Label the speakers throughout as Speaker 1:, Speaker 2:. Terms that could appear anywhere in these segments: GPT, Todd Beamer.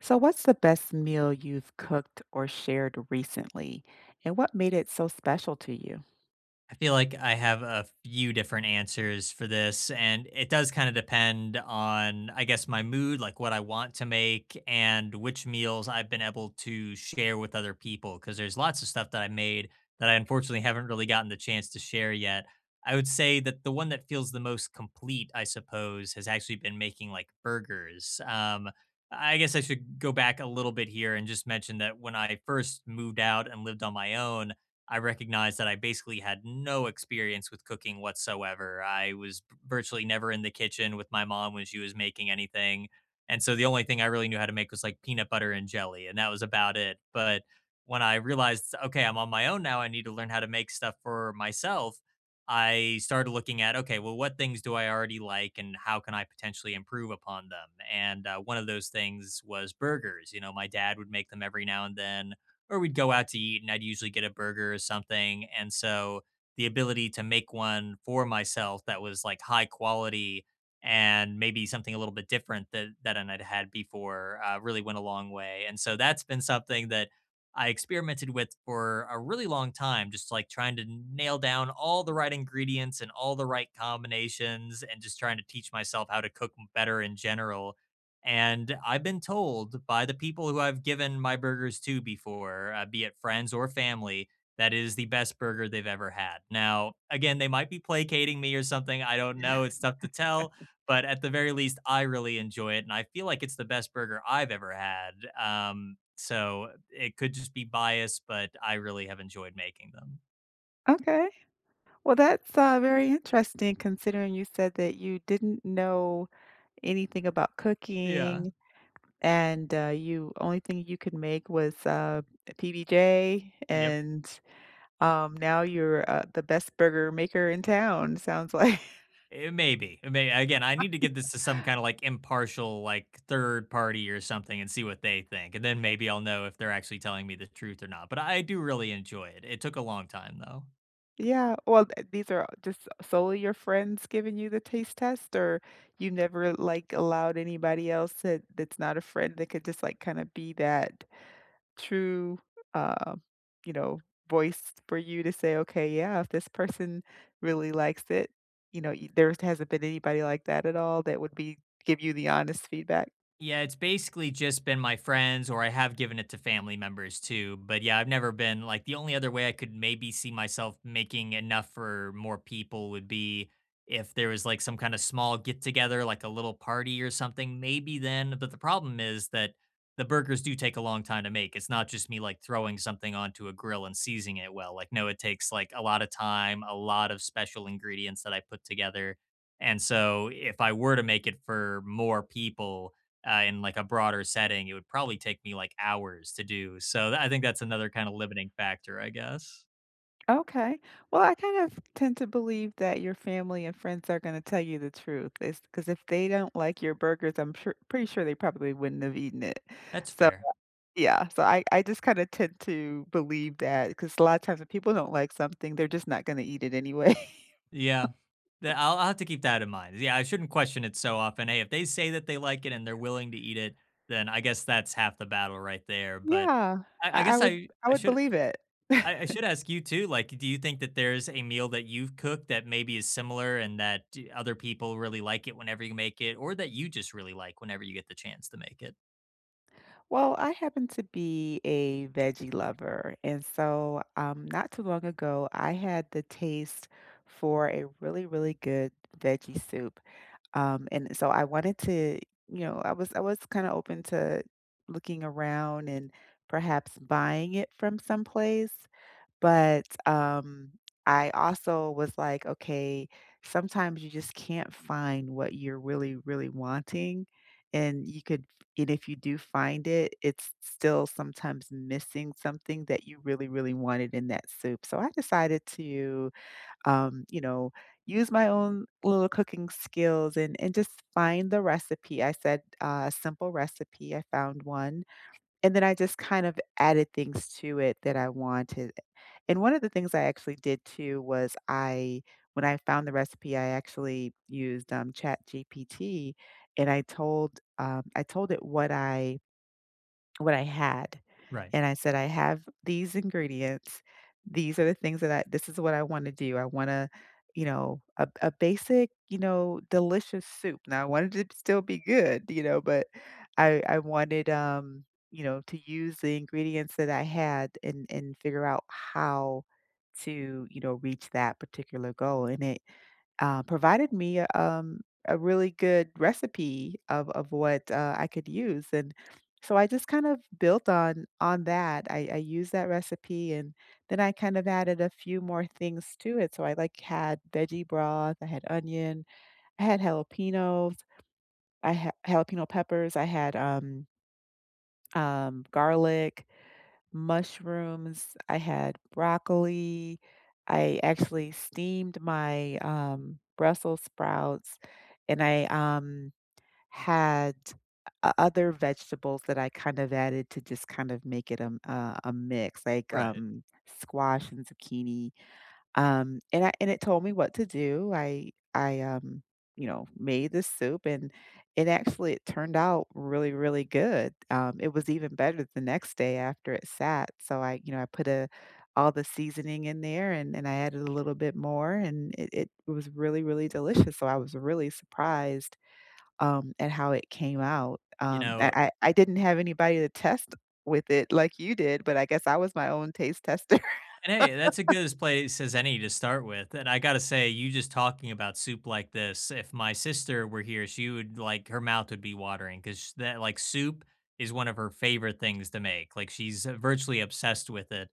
Speaker 1: So, what's the best meal you've cooked or shared recently, and what made it so special to you?
Speaker 2: I feel like I have a few different answers for this, and it does kind of depend on, I guess, my mood, like what I want to make, and which meals I've been able to share with other people. Because there's lots of stuff that I made that I unfortunately haven't really gotten the chance to share yet. I would say that the one that feels the most complete, I suppose, has actually been making like burgers. I guess I should go back a little bit here and just mention that when I first moved out and lived on my own, I recognized that I basically had no experience with cooking whatsoever. I was virtually never in the kitchen with my mom when she was making anything. And so the only thing I really knew how to make was like peanut butter and jelly, and that was about it. But when I realized, okay, I'm on my own now, I need to learn how to make stuff for myself. I started looking at, okay, well, what things do I already like and how can I potentially improve upon them? And one of those things was burgers. You know, my dad would make them every now and then or we'd go out to eat and I'd usually get a burger or something. And so the ability to make one for myself that was like high quality and maybe something a little bit different that I'd had before really went a long way. And so that's been something that I experimented with for a really long time, just like trying to nail down all the right ingredients and all the right combinations and just trying to teach myself how to cook better in general. And I've been told by the people who I've given my burgers to before, be it friends or family, that is the best burger they've ever had. Now, again, they might be placating me or something. I don't know. It's tough to tell. But at the very least, I really enjoy it. And I feel like it's the best burger I've ever had. So it could just be bias, but I really have enjoyed making them.
Speaker 1: Okay. Well, that's very interesting considering you said that you didn't know anything about
Speaker 2: Yeah.
Speaker 1: cooking and you only thing you could make was a PBJ
Speaker 2: Yep.
Speaker 1: and now you're the best burger maker in town, sounds like.
Speaker 2: It may be. It may again, I need to give this to some kind of like impartial, like third party or something and see what they think. And then maybe I'll know if they're actually telling me the truth or not. But I do really enjoy it. It took a long time though.
Speaker 1: Yeah, well, th these are just solely your friends giving you the taste test, or you never, like, allowed anybody else that's not a friend that could just, like, kinda be that true, uh, you know, voice for you to say, "Okay, yeah, if this person really likes it," y there hasn't been anybody like that at all that would be give you the honest feedback?
Speaker 2: Yeah, it's basically just been my friends, or I have given it to family members too. But yeah, I've never been like the only other way I could maybe see myself making enough for more people would be if there was like some kind of small get together, like a little party or something, maybe then. But the problem is that the burgers do take a long time to make. It's not just me like throwing something onto a grill and seasoning it well. Like, no, it takes like a lot of time, a lot of special ingredients that I put together. And so if I were to make it for more people, in like a broader setting, it would probably take me like hours to do. So tha I think that's another kind of limiting factor, I guess.
Speaker 1: Okay. Well, I kind of tend to believe that your family and friends are going to tell you the truth. It's because if they don't like your burgers, I'm sure, pretty sure they probably wouldn't have eaten it.
Speaker 2: That's
Speaker 1: So,
Speaker 2: fair.
Speaker 1: yeah. So I just kind of tend to believe that because a lot of times when people don't like something, they're just not going to eat it anyway.
Speaker 2: Yeah. Th I'll have to keep that in mind. Yeah, I shouldn't question it so often. Hey, if they say that they like it and they're willing to eat it, then I guess that's half the battle right there. But
Speaker 1: Yeah.
Speaker 2: I
Speaker 1: I, I
Speaker 2: guess
Speaker 1: would, I
Speaker 2: I
Speaker 1: would
Speaker 2: should
Speaker 1: believe it.
Speaker 2: I should ask you too, like, do you think that there's a meal that you've cooked that maybe is similar and that d other people really like it whenever you make it, or that you just really like whenever you get the chance to make it?
Speaker 1: Well, I happen to be a veggie lover. And so, not too long ago, I had the taste for a really, really good veggie soup. And so I wanted to, I was kind of open to looking around and perhaps buying it from someplace. But, I also was like, okay, sometimes you just can't find what you're really, really wanting, and you could and if you do find it, it's still sometimes missing something that you really, really wanted in that soup. So I decided to, um, you know, use my own little cooking skills and just find the recipe. I said, a simple recipe, I found one, and then I just kind of added things to it that I wanted. And one of the things I actually did too was I when I found the recipe, I actually used, GPT, and I told it what I had.
Speaker 2: Right.
Speaker 1: And I said, I have these ingredients. These are the things this is what I want to do. I want to, a basic, delicious soup. Now I wanted it to still be good, but I wanted, to use the ingredients that I had and figure out how to, reach that particular goal. And it, provided me a really good recipe of what I could use. And so I just kind of built on that. I used that recipe and then I kind of added a few more things to it. So I like had veggie broth, I had onion, I had jalapenos, I had jalapeno peppers, I had garlic, mushrooms, I had broccoli. I actually steamed my Brussels sprouts and I had o other vegetables that I kind of added to just kind of make it a mix, like,
Speaker 2: Right.
Speaker 1: squash and zucchini, and I and it told me what to do. Made this soup, and it turned out really, really good. It was even better the next day after it sat, so I I put, a all the seasoning in there, and I added a little bit more, and it was really, really delicious, so I was really surprised at how it came out.
Speaker 2: You know,
Speaker 1: I didn't have anybody to test with it like you did, but I guess I was my own taste tester.
Speaker 2: and hey, that's a good as place as any to start with, and I gotta say, you just talking about soup like this, if my sister were here, she would like her mouth would be watering because that like soup is one of her favorite things to make, like, she's virtually obsessed with it,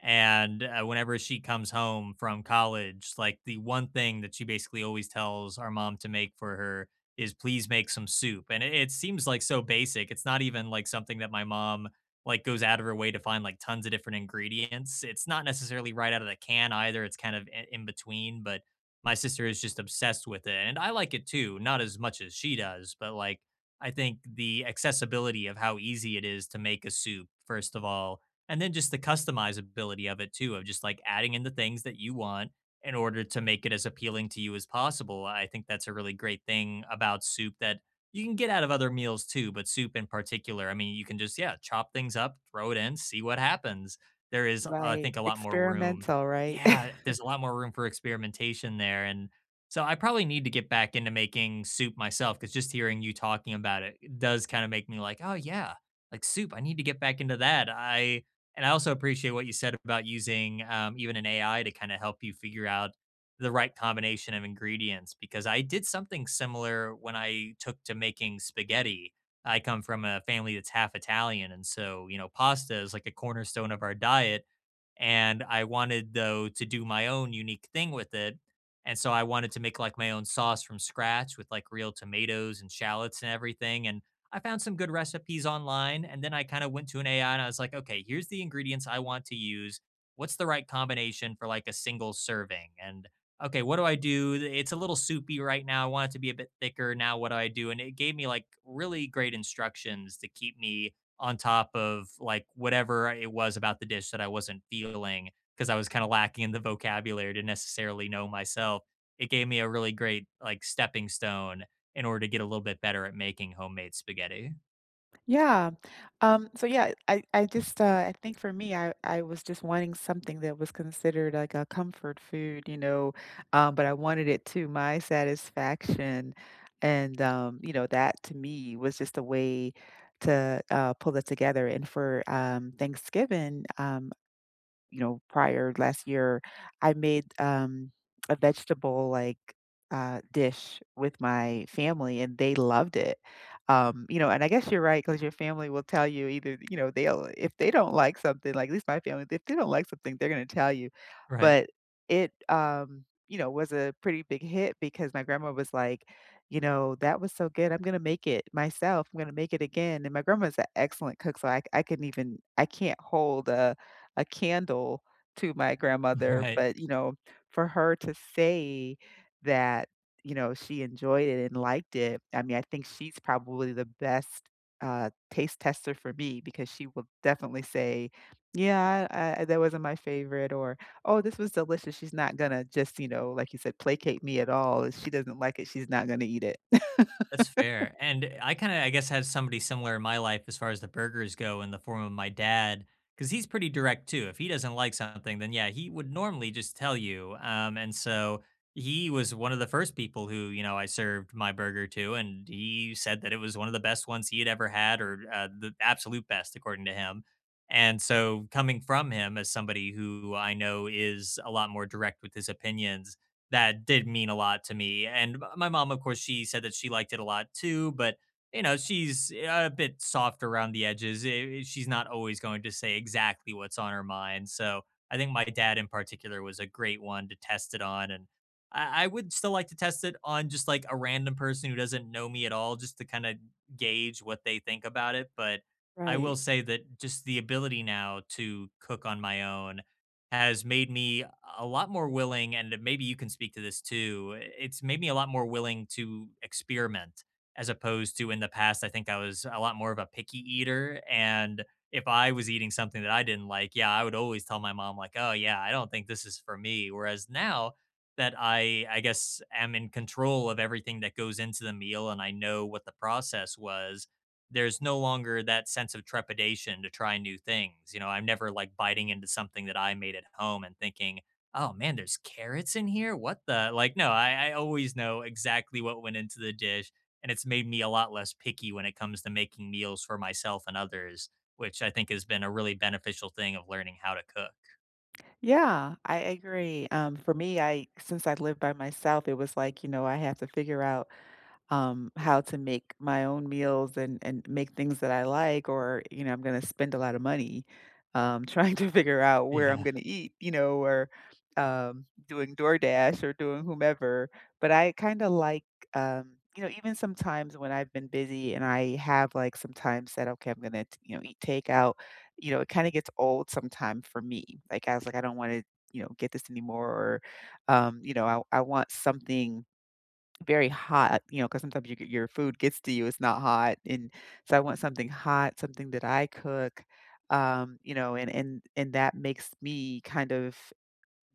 Speaker 2: and, whenever she comes home from college, like, the one thing that she basically always tells our mom to make for her is, "Please make some soup," and it seems like so basic, it's not even like something that my mom like goes out of her way to find like tons of different ingredients. It's not necessarily right out of the can either. It's kind of in between, but my sister is just obsessed with it. And I like it too, not as much as she does, but like I think the accessibility of how easy it is to make a soup, first of all, and then just the customizability of it too, of just like adding in the things that you want in order to make it as appealing to you as possible. I think that's a really great thing about soup that you can get out of other meals too, but soup in particular. I mean, you can just, yeah, chop things up, throw it in, see what happens. There is, I
Speaker 1: Right.
Speaker 2: think, a lot more room.
Speaker 1: Experimental, right?
Speaker 2: Yeah, there's a lot more room for experimentation there. And so I probably need to get back into making soup myself because just hearing you talking about it does kind of make me like, oh, yeah, like soup. I need to get back into that. And I also appreciate what you said about using even an AI to kind of help you figure out the right combination of ingredients because I did something similar when I took to making spaghetti. I come from a family that's half Italian, and so, you know, pasta is like a cornerstone of our diet. And I wanted, though, to do my own unique thing with it. And so I wanted to make like my own sauce from scratch with like real tomatoes and shallots and everything. And I found some good recipes online. And then I kind of went to an AI and I was like, okay, here's the ingredients I want to use. What's the right combination for like a single serving? And okay, what do I do? It's a little soupy right now. I want it to be a bit thicker. Now, what do I do? And it gave me like really great instructions to keep me on top of like whatever it was about the dish that I wasn't feeling because I was kind of lacking in the vocabulary to necessarily know myself. It gave me a really great like stepping stone in order to get a little bit better at making homemade spaghetti.
Speaker 1: Yeah. So yeah, I just I think for me I was just wanting something that was considered like a comfort food, but I wanted it to my satisfaction. And that to me was just a way to pull it together. And for Thanksgiving, prior last year, I made a vegetable like dish with my family, and they loved it. And I guess you're right because your family will tell you either, they'll if they don't like something, like at least my family, if they don't like something, they're going to tell you.
Speaker 2: Right.
Speaker 1: But was a pretty big hit because my grandma was like, that was so good. I'm going to make it myself. I'm going to make it again. And my grandma's an excellent cook. So I couldn't even, I can't hold a candle to my grandmother,
Speaker 2: Right.
Speaker 1: but, for her to say that, she enjoyed it and liked it, I mean, I think she's probably the best, taste tester for me because she will definitely say, "Yeah, I that wasn't my favorite," or, "Oh, this was delicious." She's not gonna just, like you said, placate me at all. If she doesn't like it, she's not gonna eat it.
Speaker 2: That's fair, and I kinda, I guess, had somebody similar in my life as far as the burgers go in the form of my dad, because he's pretty direct too. If he doesn't like something, then yeah, he would normally just tell you, and so he was one of the first people who, you know, I served my burger to, and he said that it was one of the best ones he had ever had or, the absolute best according to him, and so coming from him as somebody who I know is a lot more direct with his opinions, that did mean a lot to me. And m my mom, of course, she said that she liked it a lot too, but, you know, she's eh, a bit soft around the edges. Eh, she's not always going to say exactly what's on her mind. So I think my dad in particular was a great one to test it on. And I would still like to test it on just like a random person who doesn't know me at all, just to kind of gauge what they think about it. But I will
Speaker 1: Right.
Speaker 2: say that just the ability now to cook on my own has made me a lot more willing, and maybe you can speak to this too. It's made me a lot more willing to experiment as opposed to in the past. I think I was a lot more of a picky eater. And if I was eating something that I didn't like, yeah, I would always tell my mom, like, oh, yeah, I don't think this is for me. Whereas now, I guess, am in control of everything that goes into the meal and I know what the process was, there's no longer that sense of trepidation to try new things. You know, I'm never like biting into something that I made at home and thinking, oh man, there's carrots in here. What the? Like, no, I always know exactly what went into the dish. And it's made me a lot less picky when it comes to making meals for myself and others, which I think has been a really beneficial thing of learning how to cook.
Speaker 1: Yeah, I agree. For me, I since I live by myself, it was like, I have to figure out how to make my own meals and make things that I like, or I'm gonna spend a lot of money trying to figure out where I'm
Speaker 2: Yeah.
Speaker 1: gonna eat, or doing DoorDash or doing whomever. But I kind of like, even sometimes when I've been busy and I have like sometimes said, okay, I'm gonna eat takeout. You know, it kind of gets old sometime for me. Like I was like, I don't want to get this anymore, or um, you know, I want something very hot, because sometimes you get your food gets to you, it's not hot, and so I want something hot, something that I cook, and that makes me kind of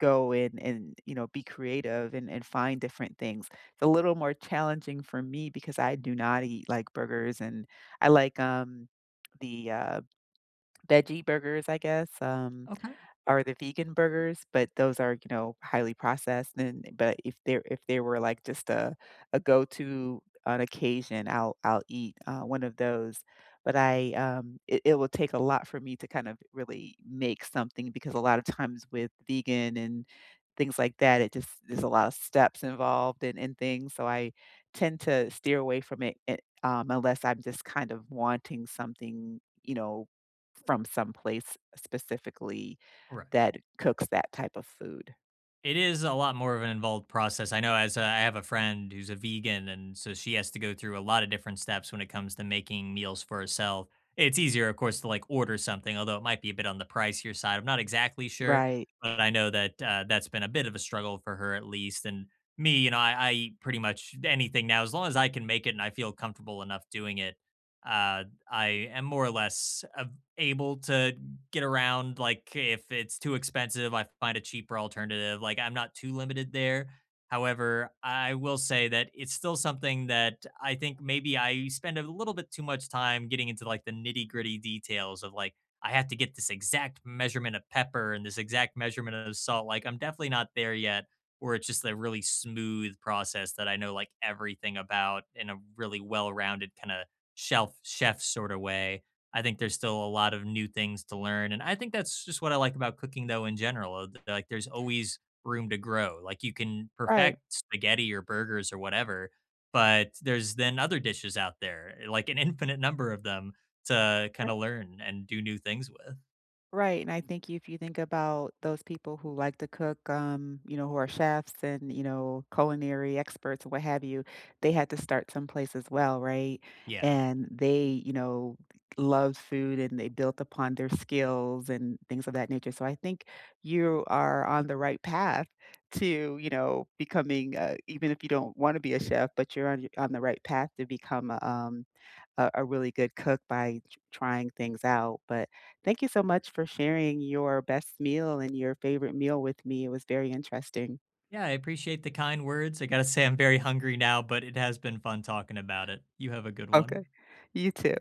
Speaker 1: go and be creative and find different things. It's a little more challenging for me because I do not eat, like, burgers, and I like, the, uh, veggie burgers, I guess,
Speaker 2: Okay.
Speaker 1: are the vegan burgers, but those are, highly processed and but if they were like just a go-to on occasion, I'll eat, one of those. But it will take a lot for me to kind of really make something because a lot of times with vegan and things like that, it just there's a lot of steps involved and things, so I tend to steer away from it, unless I'm just kind of wanting something, from some place specifically
Speaker 2: Right.
Speaker 1: that cooks that type of food.
Speaker 2: It is a lot more of an involved process. I know as a, I have a friend who's a vegan, and so she has to go through a lot of different steps when it comes to making meals for herself. It's easier, of course, to like order something, although it might be a bit on the pricier side. I'm not exactly sure,
Speaker 1: Right,
Speaker 2: but I know that that's been a bit of a struggle for her at least. And me, you know, I eat pretty much anything now as long as I can make it and I feel comfortable enough doing it. Uh, I am more or less able to get around, like if it's too expensive, I find a cheaper alternative. Like I'm not too limited there. However, I will say that it's still something that I think maybe I spend a little bit too much time getting into like the nitty gritty details of, like I have to get this exact measurement of pepper and this exact measurement of salt. Like I'm definitely not there yet where it's just a really smooth process that I know like everything about in a really well rounded kind of shelf chef sort of way. I think there's still a lot of new things to learn, and I think that's just what I like about cooking, though, in general. Like, there's always room to grow. Like, you can
Speaker 1: right.
Speaker 2: perfect spaghetti or burgers or whatever, but there's then other dishes out there, eh, like an infinite number of them to kind of learn and do new things with.
Speaker 1: Right, and I think if you think about those people who like to cook, who are chefs and, culinary experts and what have you, they had to start someplace as well, right?
Speaker 2: Yeah.
Speaker 1: And they, loved food and they built upon their skills and things of that nature. So I think you are on the right path to, becoming, even if you don't want to be a chef, but you're on the right path to become a really good cook by trying things out. But thank you so much for sharing your best meal and your favorite meal with me. It was very interesting.
Speaker 2: Yeah, I appreciate the kind words. I got to say, I'm very hungry now, but it has been fun talking about it. You have a good one.
Speaker 1: Okay. You too.